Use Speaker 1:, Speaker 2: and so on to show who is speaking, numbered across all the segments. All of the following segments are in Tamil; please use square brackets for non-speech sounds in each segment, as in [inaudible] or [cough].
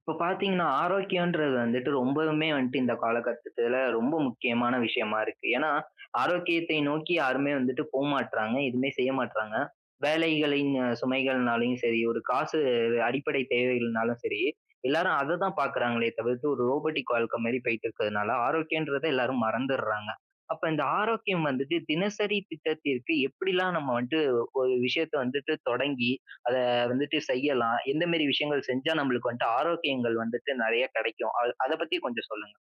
Speaker 1: இப்ப பார்த்தீங்கன்னா, ஆரோக்கியன்றது வந்துட்டு ரொம்பவுமே வந்துட்டு இந்த காலகட்டத்துல ரொம்ப முக்கியமான விஷயமா இருக்கு. ஏன்னா, ஆரோக்கியத்தை நோக்கி யாருமே வந்துட்டு போமாட்றாங்க. எதுவுமே செய்ய மாட்றாங்க. வேலைகளின் சுமைகள்னாலயும் சரி, ஒரு காசு அடிப்படை தேவைகள்னாலும் சரி, எல்லாரும் அத தான் பார்க்குறாங்களே தவிர்த்து ஒரு ரோபோட்டிக் வாழ்க்கை மாரி போயிட்டு இருக்கிறதுனால, ஆரோக்கியன்றத எல்லாரும் மறந்துடுறாங்க. அப்ப இந்த ஆரோக்கியம் வந்துட்டு தினசரி திட்டத்திற்கு எப்படிலாம் நம்ம வந்துட்டு ஒரு விஷயத்த வந்துட்டு தொடங்கி, அத வந்துட்டு செய்யலாம்? எந்த மாரி விஷயங்கள் செஞ்சா நம்மளுக்கு வந்துட்டு ஆரோக்கியங்கள் வந்துட்டு நெறைய கெடைக்கும்? அத பத்தி கொஞ்சம் சொல்லுங்க.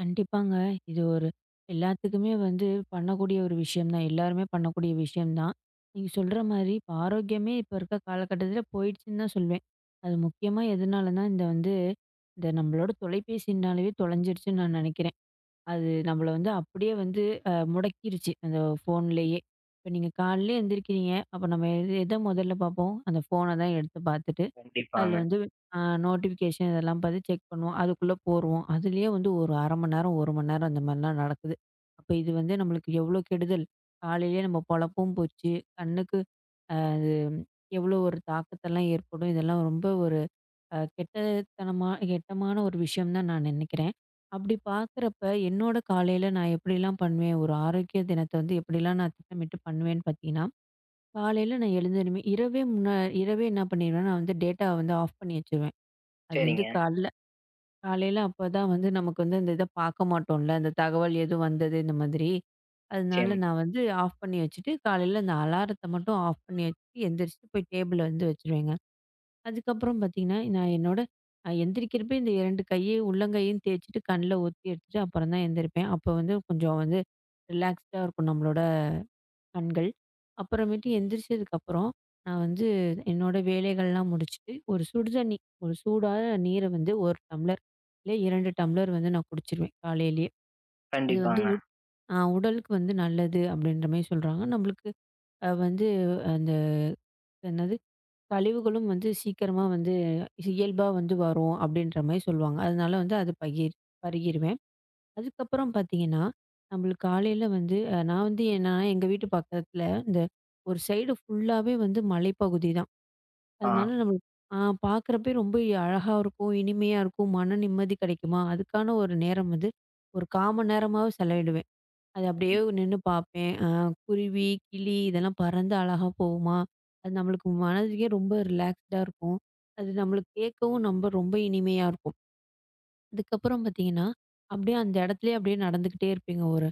Speaker 2: கண்டிப்பாங்க. இது ஒரு எல்லாத்துக்குமே வந்து பண்ணக்கூடிய ஒரு விஷயம் தான். எல்லாருமே பண்ணக்கூடிய விஷயம் தான். நீங்க சொல்ற மாரி இப்ப ஆரோக்கியமே இப்ப இருக்க காலகட்டத்தில போயிடுச்சுன்னு தான் சொல்வேன். அது முக்கியமா எதனாலனா, இந்த வந்து இந்த நம்மளோட தொலைபேசினாலவே தொலைஞ்சிருச்சுன்னு நான் நெனைக்கிறேன். அது நம்மள வந்து அப்படியே வந்து முடக்கிருச்சு அந்த ஃபோன்லேயே. இப்ப நீங்க காலையிலே எந்திரிக்கிறீங்க. அப்ப நம்ம எத முதல்ல பார்ப்போம்? அந்த ஃபோன தான் எடுத்து பார்த்துட்டு அதுல
Speaker 1: கண்டிப்பாங்க.
Speaker 2: வந்து அ நோட்டிஃபிகேஷன் இதெல்லாம் பார்த்து செக் பண்ணுவோம். அதுக்குள்ள போருவோம். அதுலயே வந்து ஒரு 1/2 மணி நேரம், 1 மணி நேரம் அந்த மாரிலாம் நடக்குது. அப்ப இது வந்து நம்மளுக்கு எவ்ளோ கெடுதல். காலையிலயே நம்ம பொழப்பும் போச்சு. கண்ணுக்கு அது எவ்ளோ ஒரு தாக்கத்தெல்லாம் ஏற்படும். இதெல்லாம் ரொம்ப ஒரு கெட்டத்தனமா கெட்டமான ஒரு விஷயம் தான் நான் நினைக்கிறேன். அப்படி பார்க்குறப்ப என்னோட காலையில நான் எப்படிலாம் பண்ணுவேன்? ஒரு ஆரோக்கிய தினத்த வந்து எப்படிலாம் நான் திட்டமிட்டு பண்ணுவேன்னு பார்த்தீங்கன்னா, காலையில நான் எழுந்ததுமே இரவே முன்ன இரவே என்ன பண்ணிருவேன்னா, நான் வந்து டேட்டாவ வந்து ஆஃப் பண்ணி வச்சுருவேன். அது வந்து
Speaker 1: சரிங்க.
Speaker 2: காலையில அப்பதான் வந்து நமக்கு வந்து அந்த இத பார்க்க மாட்டோம்ல. அந்த தகவல் எதுவும் வந்தது இந்த மாதிரி. அதனால
Speaker 1: நிச்சயம்.
Speaker 2: நான் வந்து ஆஃப் பண்ணி வச்சுட்டு, காலையில அந்த அலாரத்த மட்டும் ஆஃப் பண்ணி வச்சுட்டு எந்திரிச்சு போய் டேபிள்ல வந்து வச்சுருவேங்க. அதுக்கப்புறம் பார்த்தீங்கன்னா, நான் என்னோட எந்திரிக்கிறப்ப இந்த 2 கையையும் உள்ளங்கையும் தேய்ச்சுட்டு கண்ல ஊத்தி எடுத்துட்டு அப்புறம் தான் எந்திரிப்பேன். அப்போ வந்து கொஞ்சம் வந்து ரிலாக்ஸ்டா இருக்கும் நம்மளோட கண்கள். அப்புறமேட்டு எந்திரிச்சதுக்கப்புறம், நான் வந்து என்னோட வேலைகள்லாம் முடிச்சுட்டு, ஒரு சுடு தண்ணி, ஒரு சூடான நீர வந்து 1 டம்ளர், இல்ல 2 டம்ளர் வந்து நான் குடிச்சிருவேன் காலையிலேயே. அது வந்து
Speaker 1: கண்டிப்பாங்க.
Speaker 2: உட் ஆ உடலுக்கு வந்து நல்லது அப்படின்ற மாரி சொல்றாங்க. நம்மளுக்கு வந்து அந்த என்னது கழிவுகளும் வந்து சீக்கிரமா வந்து இயல்பா வந்து வரும் அப்படின்ற மாரி சொல்லுவாங்க. அதனால வந்து அது பருகிருவேன். அதுக்கப்புறம் பார்த்தீங்கன்னா, நம்மளுக்கு காலையில வந்து நான் வந்து ஏன்னா எங்க வீட்டு பக்கத்தில இந்த ஒரு சைடு ஃபுல்லாவே வந்து மலைப்பகுதி தான்.
Speaker 1: ஆ.
Speaker 2: அதனால நம்மளுக்கு ஆ பார்க்குறப்பயே ரொம்ப அழகா இருக்கும், இனிமையா இருக்கும், மன நிம்மதி கிடைக்குமா, அதுக்கான ஒரு நேரம் வந்து ஒரு 1/4 மணி நேரமாவது செலவிடுவேன். அது அப்படியே
Speaker 1: கண்டிப்
Speaker 2: நின்னு பார்ப்பேன். குருவி, கிளி இதெல்லாம் பறந்து அழகா போகுமா, அது நம்மளுக்கு மனதுக்கே ரொம்ப ரிலாக்ஸ்டா இருக்கும். அது நம்மளுக்கு கேட்கவும் நம்ம ரொம்ப இனிமையா இருக்கும். அதுக்கப்புறம் பார்த்தீங்கன்னா, அப்படியே அந்த இடத்துலயே அப்படியே நடந்துக்கிட்டே இருப்பேங்க ஒரு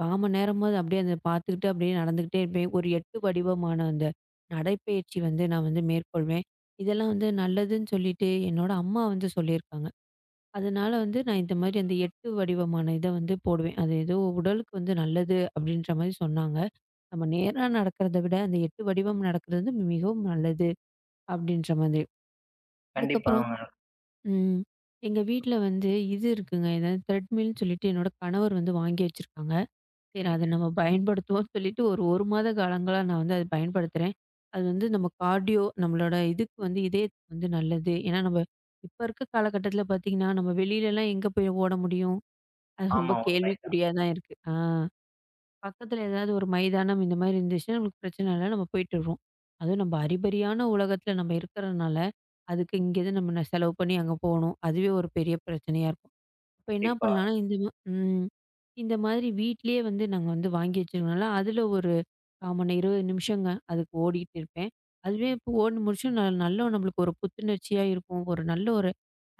Speaker 2: காமண் நேரமாவது அப்படியே அத பார்த்துக்கிட்டு அப்படியே நடந்துக்கிட்டே இருப்பேன். ஒரு 8 வடிவமான அந்த நடைப்பயிற்சி வந்து நான் வந்து மேற்கொள்வேன். இதெல்லாம் வந்து நல்லதுன்னு சொல்லிட்டு என்னோட அம்மா வந்து சொல்லியிருக்காங்க. அதனால வந்து நான் இந்த மாரி அந்த 8 வடிவமான இத வந்து போடுவேன். அது ஏதோ உடலுக்கு வந்து நல்லது அப்படின்ற மாரி சொன்னாங்க. நம்ம நேரா நடக்கிறத விட அந்த 8 வடிவம் நடக்கிறது வந்து மிகவும் நல்லது அப்படின்ற மாதிரி. அதுக்கப்புறம்
Speaker 1: கண்டிப்பாங்க.
Speaker 2: ம் எங்க வீட்ல வந்து இது இருக்குங்க. ஏதாவது த்ரெட்மில்ன்னு சொல்லிட்டு என்னோட கணவர் வந்து வாங்கி வச்சிருக்காங்க. சரி,
Speaker 1: சரிங்க.
Speaker 2: அத நம்ம பயன்படுத்துவோம்னு சொல்லிட்டு ஒரு 1 மாத காலங்களா நான் வந்து அத பயன்படுத்துறேன். அது வந்து நம்ம கார்டியோ நம்மளோட இதுக்கு வந்து இதயத்துக்கு வந்து நல்லது. ஏன்னா, நம்ம இப்ப இருக்க காலகட்டத்தில பார்த்தீங்கன்னா, நம்ம வெளியிலலாம் எங்க போய் ஓட முடியும்? அது ரொம்ப
Speaker 1: ஆமா, உண்மைதான்.
Speaker 2: கேள்விக்குறியா தான் இருக்கு. பக்கத்தில ஏதாவது ஒரு மைதானம் இந்த மாரி இருந்துச்சுன்னா, நமக்கு பிரச்சனை இல்ல. நம்ம போயிட்டு வருவோம். அதுவும் நம்ம அறிபறியான உலகத்தில நம்ம இருக்கிறனால, அதுக்கு இங்கேருந்து நம்ம செலவு பண்ணி அங்க போணும். அதுவே ஒரு பெரிய பிரச்சனையா இருக்கும். அப்ப என்ன
Speaker 1: கண்டிப்பா.
Speaker 2: பண்ணலான்னா, இந்த ம ம். இந்த மாதிரி வீட்லயே வந்து நாங்க வந்து வாங்கி வச்சிருக்கனால, அதுல ஒரு 1/4 மணி 20 நிமிஷங்க அதுக்கு ஓடிட்டு இருப்பேன். அதுவே இப்போ ஓடி முடிச்சு நல்ல நம்மளுக்கு ஒரு புத்துணர்ச்சியா இருக்கும். ஒரு நல்ல ஒரு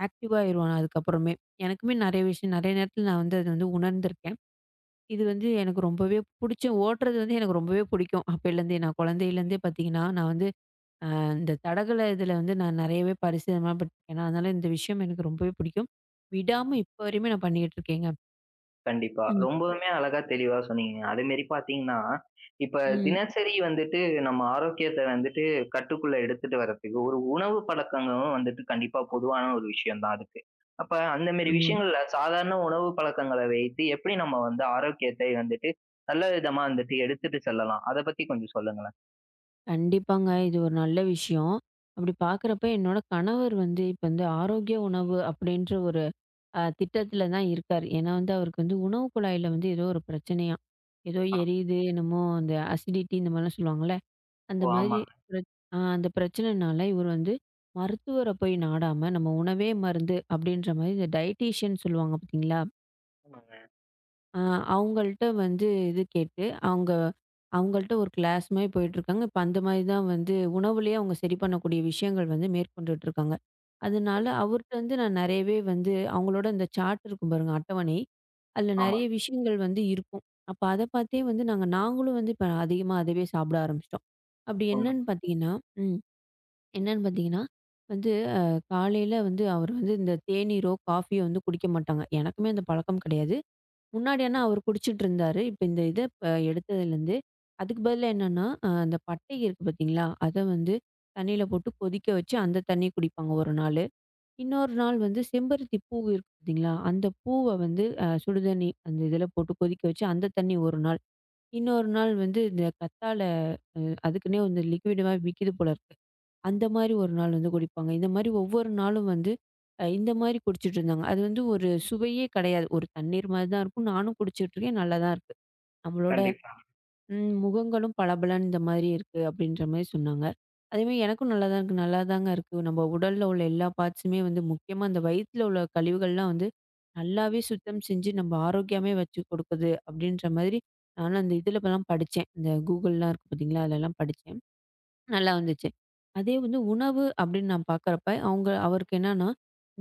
Speaker 2: ஆக்டிவா ஆயிருவோம் நான் அதுக்கப்புறமே. எனக்குமே நெறைய விஷயம் நெறைய நேரத்துல நான் வந்து அத வந்து உணர்ந்திருக்கேன். இது வந்து எனக்கு ரொம்பவே புடிச்ச ஓட்டுறது வந்து எனக்கு ரொம்பவே புடிக்கும். அப்பைலேருந்தே நான் குழந்தையிலேருந்தே பார்த்தீங்கன்னா, நான் வந்து இந்த தடகள இதில வந்து நான் நெறையவே பரிசிலமா பட்டுருக்கேன். [unintelligible] அதனால இந்த விஷயம் எனக்கு ரொம்பவே பிடிக்கும். விடாம இப்போ வரையுமே நான் பண்ணிக்கிட்டு இருக்கேங்க.
Speaker 1: கண்டிப்பா.
Speaker 2: ம்,
Speaker 1: ரொம்பவுமே அழகா தெளிவா சொன்னீங்க. அதேமாரி பார்த்தீங்கன்னா, இப்ப
Speaker 2: ம்.
Speaker 1: தினசரி வந்துட்டு நம்ம ஆரோக்கியத்த வந்துட்டு கட்டுக்குள்ள எடுத்துட்டு வர்றதுக்கு ஒரு உணவு பழக்கங்களும் வந்துட்டு கண்டிப்பா பொதுவான ஒரு விஷயம் தான் அதுக்கு. அப்ப அந்த மாரி
Speaker 2: ஆமா.
Speaker 1: விஷயங்கள்ல சாதாரண உணவு பழக்கங்கள வைத்து எப்படி நம்ம வந்து ஆரோக்கியத்தை வந்துட்டு நல்ல விதமா வந்துட்டு எடுத்துட்டு செல்லலாம்? அத பத்தி கொஞ்சம் சொல்லுங்களேன்.
Speaker 2: கண்டிப்பாங்க. இது ஒரு நல்ல விஷயம். அப்படி பார்க்குறப்ப என்னோட கணவர் வந்து இப்ப வந்து ஆரோக்கிய உணவு அப்படின்ற ஒரு திட்டத்தில தான் இருக்காரு. ஏன்னா வந்து அவருக்கு வந்து உணவு குழாயில வந்து ஏதோ ஒரு பிரச்சனையாம். ஏதோ
Speaker 1: ஆ.
Speaker 2: எரியுது என்னமோ அந்த அசிடிட்டி இந்த மாதிரிலாம் சொல்லுவாங்கல்ல. அந்த
Speaker 1: ஓ!
Speaker 2: மாதிரி
Speaker 1: ஆமாங்க.
Speaker 2: பிர ஆ அந்த பிரச்சனைனால இவர் வந்து மருத்துவர போய் நாடாம, நம்ம உணவே மருந்து அப்படின்ற மாதிரி இந்த டயட்டீஷியன் சொல்லுவாங்க பார்த்தீங்களா?
Speaker 1: ஆமாங்க.
Speaker 2: அ அவங்கள்ட்ட வந்து இது கேட்டு, அவங்கள்ட்ட ஒரு கிளாஸ் மாரி போயிட்டுருக்காங்க. இப்ப அந்த மாரி தான் வந்து உணவுலயே அவங்க சரி பண்ணக்கூடிய விஷயங்கள் வந்து மேற்கொண்டுட்டுருக்காங்க. அதனால
Speaker 1: சரி.
Speaker 2: அவர்ட்ட வந்து நான் நெறையவே வந்து அவங்களோட இந்த சார்ட் இருக்கும் பாருங்க அட்டவணை. அதில
Speaker 1: ஆமா.
Speaker 2: நெறைய விஷயங்கள் வந்து இருக்கும். அப்ப அத பார்த்தே வந்து நாங்களும் வந்து இப்ப அதிகமா அதுவே சாப்பிட ஆரம்பிச்சுட்டோம். அப்படி
Speaker 1: உண்மை.
Speaker 2: என்னன்னு பார்த்தீங்கன்னா ம். என்னன்னு பார்த்தீங்கன்னா, வந்து அ காலையில வந்து அவர் வந்து இந்த தேநீரோ, காஃபியோ வந்து குடிக்க மாட்டாங்க. எனக்குமே அந்த பழக்கம் கிடையாது. முன்னாடி ஆனா அவரு குடிச்சிட்டு இருந்தாரு. இப்ப இந்த இத இப்ப எடுத்ததுலேருந்து, அதுக்கு பதிலா என்னன்னா, அந்த பட்டை இருக்கு பார்த்தீங்களா? அத வந்து தண்ணீல போட்டு கொதிக்க வச்சு, அந்த தண்ணி குடிப்பாங்க ஒரு நாளு. இன்னொரு நாள் வந்து செம்பருத்தி பூ இருக்கு பார்த்தீங்களா? அந்த பூவ வந்து சுடுதண்ணி அந்த இதில போட்டு கொதிக்க வச்சு, அந்த தண்ணி ஒரு நாள். இன்னொரு நாள் வந்து இந்த கத்தாழை அ அதுக்குன்னே வந்து லிக்விடா விக்கிது போல இருக்கு. அந்த மாரி ஒரு நாள் வந்து குடிப்பாங்க. இந்த மாரி ஒவ்வொரு நாளும் வந்து இந்த மாரி குடிச்சிட்டு இருந்தாங்க. அது வந்து ஒரு சுவையே கிடையாது. ஒரு தண்ணீர் மாரி தான் இருக்கும். நானும் குடிச்சிட்டு இருக்கேன். நல்லா தான் இருக்கு. நம்மளோட
Speaker 1: கண்டிப்பா.
Speaker 2: முகங்களும் பளபளன்னு இந்த மாரி இருக்கு அப்படின்ற மாரி சொன்னாங்க. அதேமாரி எனக்கும் நல்லா தான் இருக்கு. நல்லா தாங்க இருக்கு. நம்ம உடல்ல உள்ள எல்லா பார்ட்ஸுமே வந்து முக்கியமா அந்த வயித்துல உள்ள கழிவுகள்லாம் வந்து நல்லாவே சுத்தம் செஞ்சு நம்ம ஆரோக்கியமே வச்சு கொடுக்குது அப்படின்ற மாதிரி நானும் அந்த இதுலலாம் படிச்சேன். இந்த கூகுள்லாம் இருக்கு பார்த்தீங்களா? அதுலலாம் படிச்சேன். நல்லா வந்துச்சு. அதே வந்து உணவு அப்படின்னு நான் பார்க்குறப்ப, அவங்க அவருக்கு என்னன்னா,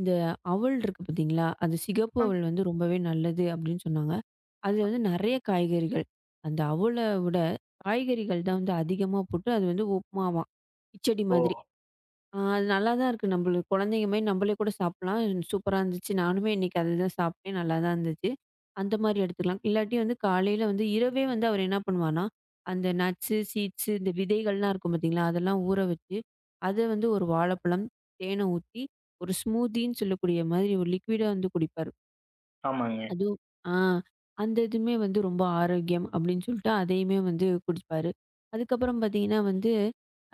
Speaker 2: இந்த அவல் இருக்கு பார்த்தீங்களா? அது சிகப்பு
Speaker 1: ஆமாங்க.
Speaker 2: அவல் வந்து ரொம்பவே நல்லது அப்படின்னு சொன்னாங்க. அதில
Speaker 1: ஆ.
Speaker 2: வந்து நெறைய காய்கறிகள். அந்த அவல விட காய்கறிகள் தான் வந்து அதிகமா போட்டு அது வந்து உப்புமாவாம். கிச்சடி
Speaker 1: ஓ!
Speaker 2: மாதிரி. அது நல்லாதான் இருக்கு. நம்மளுக்கு குழந்தைங்க மாரி நம்மளே கூட சாப்பிடலாம். சூப்பரா இருந்துச்சு. நானுமே இன்னைக்கு அதுதான் சாப்பிட்டேன். நல்லாதான் இருந்துச்சு. அந்த மாரி எடுத்துக்கலாம். இல்லாட்டி வந்து காலையில வந்து இரவே வந்து அவர் என்ன பண்ணுவார்னா, அந்த நட்ஸு, சீட்ஸு இந்த விதைகள்லாம் இருக்கும் பார்த்தீங்களா? அதெல்லாம் ஊற வச்சு, அத வந்து ஒரு வாழைப்பழம், தேனை ஊத்தி, ஒரு ஸ்மூத்தின்னு சொல்லக்கூடிய மாதிரி ஒரு லிக்விடா வந்து குடிப்பாரு.
Speaker 1: ஆமாங்க.
Speaker 2: அதுவும் ஆ அந்த இதுவுமே வந்து ரொம்ப ஆரோக்கியம் அப்படின்னு சொல்லிட்டு அதையுமே வந்து குடிப்பாரு. அதுக்கப்புறம் பார்த்தீங்கன்னா வந்து,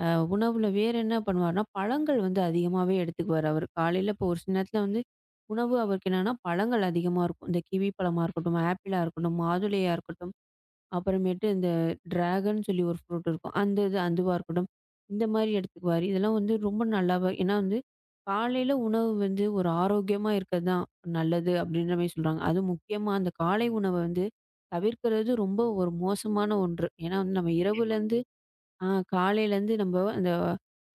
Speaker 2: அ உணவுல வேற என்ன பண்ணுவாருன்னா, பழங்கள் வந்து அதிகமாவே எடுத்துக்குவாரு அவரு. காலையில இப்போ ஒரு சில நேரத்தில வந்து உணவு அவருக்கு என்னன்னா பழங்கள் அதிகமா இருக்கும். இந்த கிவி பழமா இருக்கட்டும், ஆப்பிளா இருக்கட்டும், மாதுளையா இருக்கட்டும். அப்புறமேட்டு இந்த டிராகன் சொல்லி ஒரு ஃப்ரூட் இருக்கும். அந்த இது அதுவா இருக்கட்டும். இந்த மாரி எடுத்துக்குவாரு. இதெல்லாம் வந்து ரொம்ப நல்லாவே ஏன்னா வந்து காலையில உணவு வந்து ஒரு ஆரோக்கியமா இருக்கிறது தான் நல்லது அப்படின்ற மாரி சொல்றாங்க. அதுவும் முக்கியமா அந்த காலை உணவ வந்து தவிர்க்கிறது ரொம்ப ஒரு மோசமான ஒன்று. ஏன்னா வந்து நம்ம இரவுலேருந்து ஆ காலையிலேருந்து நம்ம அந்த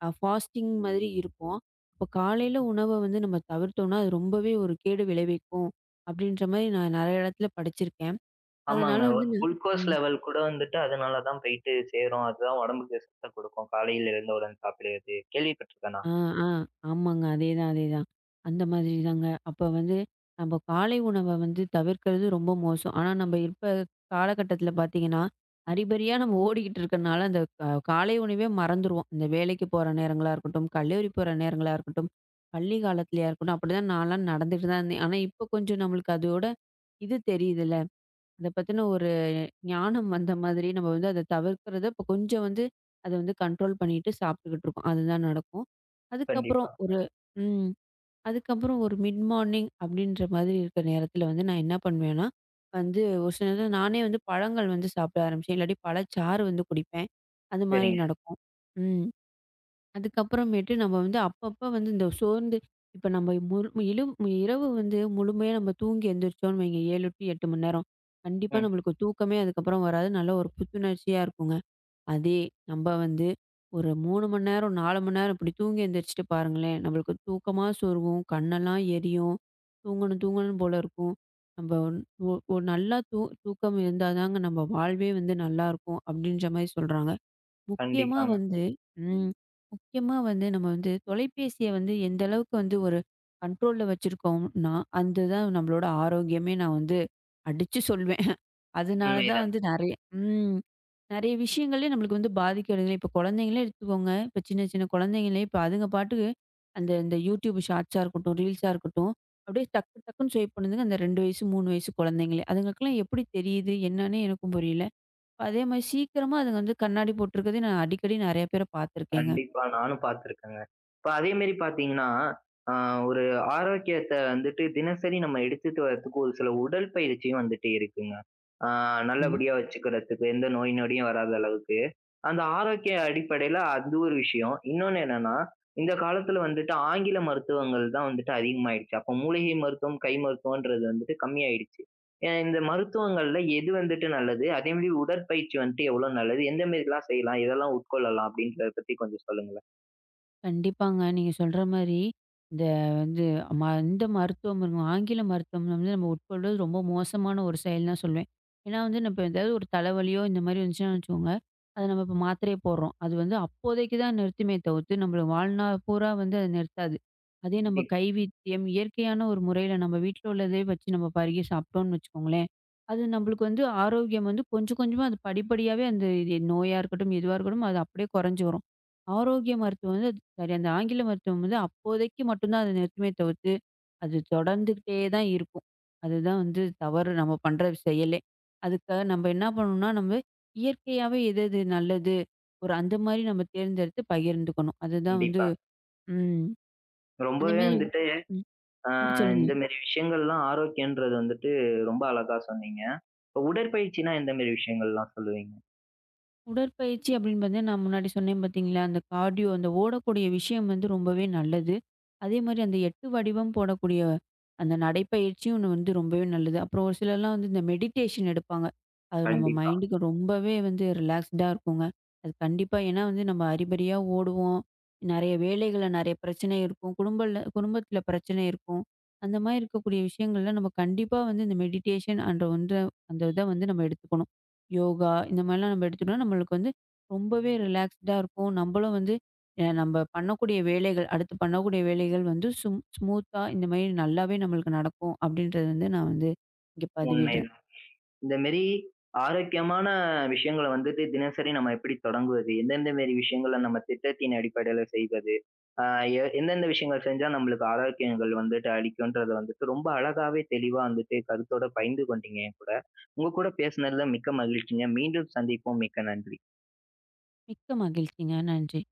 Speaker 2: ஃபாஸ்டிங் மாதிரி இருப்போம். அப்போ காலையில உணவ வந்து நம்ம தவிர்த்தோம்னா, அது ரொம்பவே ஒரு கேடு விளைவிக்கும். அப்படின்ற மாரி நான் நெறைய இடத்துல படிச்சிருக்கேன். அதனால
Speaker 1: ஆமாங்க.
Speaker 2: வந்து நான்
Speaker 1: குளுக்கோஸ்
Speaker 2: ம்.
Speaker 1: லெவல் கூட வந்துட்டு அதனால தான் போயிட்டு சேரும். அதுதான் உடம்புக்கு சத்த குடுக்கும். காலையில எழுந்தவுடன் சாப்பிடுறது. கேள்விப்பட்டுருக்கேன் நான்.
Speaker 2: ஆ, ஆ. ஆமாங்க. அதேதான், அதேதான். அந்த மாதிரி தாங்க. அப்ப வந்து நம்ம காலை உணவ வந்து தவிர்க்கிறது ரொம்ப மோசம். ஆனா, நம்ம இப்ப காலகட்டத்தில பார்த்தீங்கன்னா, அரிபரியா நம்ம ஓடிக்கிட்டு இருக்கனால, அந்த காலை உணவே மறந்துருவோம். இந்த வேலைக்கு போற நேரங்களா இருக்கட்டும், கல்லூரி போற நேரங்களா இருக்கட்டும், பள்ளி காலத்திலயா இருக்கட்டும், அப்படிதான் நான்லாம் நடந்துட்டு தான் இருந்தேன். ஆனா, இப்ப கொஞ்சம் நம்மளுக்கு அதோட இது தெரியுதுல்ல. அத பத்தின ஞானம் வந்த மாதிரி நம்ம வந்து அத தவிர்க்கிறத இப்ப கொஞ்சம் வந்து அத வந்து கண்ட்ரோல் பண்ணிட்டு சாப்பிட்டுக்கிட்டு இருக்கோம். அதுதான் நடக்கும். அதுக்கப்புறம்
Speaker 1: கண்டிப்பா.
Speaker 2: ஒரு ம். அதுக்கப்புறம் ஒரு மிட் மார்னிங் அப்படின்ற மாதிரி இருக்கிற நேரத்தில வந்து நான் என்ன பண்ணுவேன்னா, வந்து ஒரு சில நேரம் நானே வந்து பழங்கள் வந்து சாப்பிட ஆரம்பிச்சேன். இல்லாட்டி பழச்சாறு வந்து குடிப்பேன். அது மாரி
Speaker 1: சரிங்க.
Speaker 2: நடக்கும். ம். அதுக்கப்புறமேட்டு நம்ம வந்து அப்பப்போ வந்து இந்த சோர்ந்து இப்போ நம்ம முழு இழு இரவு வந்து முழுமையாக நம்ம தூங்கி எந்திரிச்சோம்னு வைங்க 7 டு 8 மணி நேரம் கண்டிப்பாக
Speaker 1: ம்.
Speaker 2: நம்மளுக்கு தூக்கமே அதுக்கப்புறம் வராது நல்ல ஒரு புத்துணர்ச்சியாக இருக்குங்க அதே நம்ம வந்து ஒரு 3 மணி நேரம் 4 மணி நேரம் இப்படி தூங்கி எந்திரிச்சிட்டு பாருங்களேன் நம்மளுக்கு தூக்கமாக சொருகும் கண்ணெல்லாம் எரியும் தூங்கணும் தூங்கணும் போல இருக்கும் நம்ம நல்லா தூக்கம் இருந்தால் தாங்க நம்ம வாழ்வே வந்து நல்லா இருக்கும் அப்படின்ற மாதிரி சொல்கிறாங்க முக்கியமா
Speaker 1: கண்டிப்பாங்க.
Speaker 2: வந்து ம். முக்கியமா வந்து நம்ம வந்து தொலைபேசிய வந்து எந்த அளவுக்கு வந்து ஒரு கண்ட்ரோல்ல வச்சிருக்கோம்னா, அதுதான் நம்மளோட ஆரோக்கியமே நான் வந்து அடிச்சு சொல்வேன். அதனால
Speaker 1: உண்மை.
Speaker 2: தான் வந்து நெறைய ம். நெறைய விஷயங்களே நம்மளுக்கு வந்து பாதிக்கிறதுல இப்ப குழந்தைங்களே எடுத்துக்கோங்க. இப்ப சின்ன சின்ன குழந்தைங்களே இப்ப அதுங்க பாட்டுக்கு அந்த இந்த YouTube ஷார்ட்ஸா இருக்கட்டும், ரீல்ஸா இருக்கட்டும். அப்படியே டக்கு டக்குன்னு ஸ்வைப் பண்ணுதுங்க. அந்த 2 வயசு, 3 வயசு குழந்தைங்களே. அதுங்களுக்கெல்லாம் எப்படி தெரியுது? என்னன்னே எனக்கும் புரியல. அதே மாரி சீக்கிரமா அதுங்க வந்து கண்ணாடி போட்டிருக்கதையும் நான் அடிக்கடி நெறைய பேர பார்த்துருக்கேங்க.
Speaker 1: கண்டிப்பா. நானும் பார்த்துருக்கேங்க. இப்ப அதே மாரி பார்த்தீங்கன்னா, அ ஒரு ஆரோக்கியத்த வந்துட்டு தினசரி நம்ம எடுத்துட்டு வர்றதுக்கு ஒரு சில உடற்பயிற்சியும் வந்துட்டு இருக்குங்க. அ
Speaker 2: ம்.
Speaker 1: நல்லபடியா வச்சுக்கிறதுக்கு, எந்த நோய் நொடியும் வராத அளவுக்கு. அந்த ஆரோக்கிய அடிப்படையில அது ஒரு விஷயம். இன்னொன்னு என்னன்னா, இந்த காலத்துல வந்துட்டு ஆங்கில மருத்துவங்கள் தான் வந்துட்டு அதிகமாயிடுச்சு. அப்போ மூலிகை மருத்துவம், கை மருத்துவம்ன்றது வந்துட்டு கம்மியாயிடுச்சு. இந்த மருத்துவங்கள்ல எது வந்துட்டு நல்லது? அதே மாரி உடற்பயிற்சி வந்துட்டு எவ்ளோ நல்லது? எந்த மாரிலாம் செய்யலாம்? எதெல்லாம் உட்கொள்ளலாம்? அப்படின்றத பத்தி கொஞ்சம் சொல்லுங்களேன்.
Speaker 2: கண்டிப்பாங்க. நீங்க சொல்ற மாரி, இந்த வந்து ம இந்த மருத்துவம் இருக்கும், ஆங்கில மருத்துவம் வந்து நம்ம உட்கொள்வது ரொம்ப மோசமான ஒரு செயல்னு தான் சொல்லுவேன். ஏன்னா வந்து நம்ம இப்ப ஏதாவது ஒரு தலைவலியோ, இந்த மாரி வந்துச்சுன்னா வச்சுக்கோங்க, அத நம்ம இப்ப மாத்திரைய போடுறோம். அது வந்து அப்போதைக்கு தான் நிறுத்துமே தவிர்த்து, நம்மள வாழ்நாள் பூரா வந்து அது நிறுத்தாது. அதே நம்ம
Speaker 1: கண்டிப்பா,
Speaker 2: கைவைத்தியம், இயற்கையான ஒரு முறையில நம்ம வீட்ல உள்ளதே வச்சு நம்ம பருகி சாப்பிட்டோம்னு வச்சுக்கோங்களேன், அது நம்மளுக்கு வந்து ஆரோக்கியம் வந்து கொஞ்சம் கொஞ்சமா அது படிப்படியாவே அந்த இது நோயா இருக்கட்டும், எதுவா இருக்கட்டும், அது அப்படியே குறைஞ்சு வரும். ஆரோக்கிய மருத்துவம் வந்து சரி அந்த ஆங்கில மருத்துவம் வந்து அப்போதைக்கு மட்டும் தான் அத நிறுத்துமே தவிர்த்து, அது தொடர்ந்துகிட்டே தான் இருக்கும். அதுதான் வந்து தவறு நம்ம பண்ற செயலே. அதுக்காக நம்ம என்ன பண்ணணும்னா, நம்ம இயற்கையாவே எது எது நல்லது, ஒரு அந்த மாரி நம்ம தேர்ந்தெடுத்து பகிர்ந்துக்கணும். அதுதான் வந்து
Speaker 1: கண்டிப்பா.
Speaker 2: ம்.
Speaker 1: ரொம்பவே
Speaker 2: அதேமாரி
Speaker 1: வந்துட்டு
Speaker 2: ம்,
Speaker 1: அ
Speaker 2: ம். சொல்லுங்க.
Speaker 1: இந்த மாரி விஷயங்கள்லாம் ஆரோக்கியன்றது வந்துட்டு ரொம்ப அழகா சொன்னீங்க. இப்ப உடற்பயிற்சினா எந்த மாரி விஷயங்கள்லாம் சொல்லுவீங்க?
Speaker 2: உடற்பயிற்சி அப்படின்னு பார்த்தீங்கன்னா, நான் முன்னாடி சொன்னேன் பார்த்தீங்களா, அந்த கார்டியோ அந்த ஓடக்கூடிய விஷயம் வந்து ரொம்பவே நல்லது. அதே மாரி அந்த 8 வடிவம் போடக்கூடிய அந்த நடைப்பயிற்சியும் ஒண்ணு வந்து ரொம்பவே நல்லது. அப்புறம் ஒரு சிலர்லாம் வந்து இந்த மெடிடேஷன் எடுப்பாங்க. அது நம்ம
Speaker 1: கண்டிப்பா.
Speaker 2: மைண்டுக்கு ரொம்பவே வந்து ரிலாக்ஸ்டா இருக்குங்க. அது கண்டிப்பா ஏன்னா வந்து நம்ம அறிபறியா ஓடுவோம். நெறைய வேலைகள்ல நெறைய பிரச்சனை இருக்கும். குடும்பத்தில பிரச்சனை இருக்கும். அந்த மாரி இருக்கக்கூடிய விஷயங்கள்ல நம்ம கண்டிப்பா வந்து இந்த மெடிடேஷன் அன்ற ஒன்ற அந்த இத வந்து நம்ம எடுத்துக்கணும். யோகா இந்த மாதிரிலாம் நம்ம எடுத்துட்டோம்னா, நம்மளுக்கு வந்து ரொம்பவே ரிலாக்ஸ்டா இருக்கும். நம்மளும் வந்து நம்ம பண்ணக்கூடிய வேலைகள், அடுத்து பண்ணக்கூடிய வேலைகள் வந்து ஸ்மூத்தா இந்த மாதிரி நல்லாவே நம்மளுக்கு நடக்கும். அப்படின்றது வந்து நான் வந்து இங்க பதிவிடுறேன்.
Speaker 1: உண்மைதான். இந்த மாரி ஆரோக்கியமான விஷயங்கள வந்துட்டு தினசரி நம்ம எப்படி தொடங்குவது? எந்தெந்த மாரி விஷயங்கள நம்ம திட்டத்தின் அடிப்படையில செய்வது? அ எ எந்தெந்த விஷயங்கள் செஞ்சா நம்மளுக்கு ஆரோக்கியங்கள் வந்துட்டு அளிக்குன்றத வந்துட்டு ரொம்ப அழகாவே தெளிவா வந்துட்டு கருத்தோட பகிர்ந்து கொண்டீங்க என் கூட. உங்க கூட பேசுனதுல மிக்க மகிழ்ச்சிங்க. மீண்டும் சந்திப்போம். மிக்க நன்றி.
Speaker 2: மிக்க மகிழ்ச்சிங்க. நன்றி.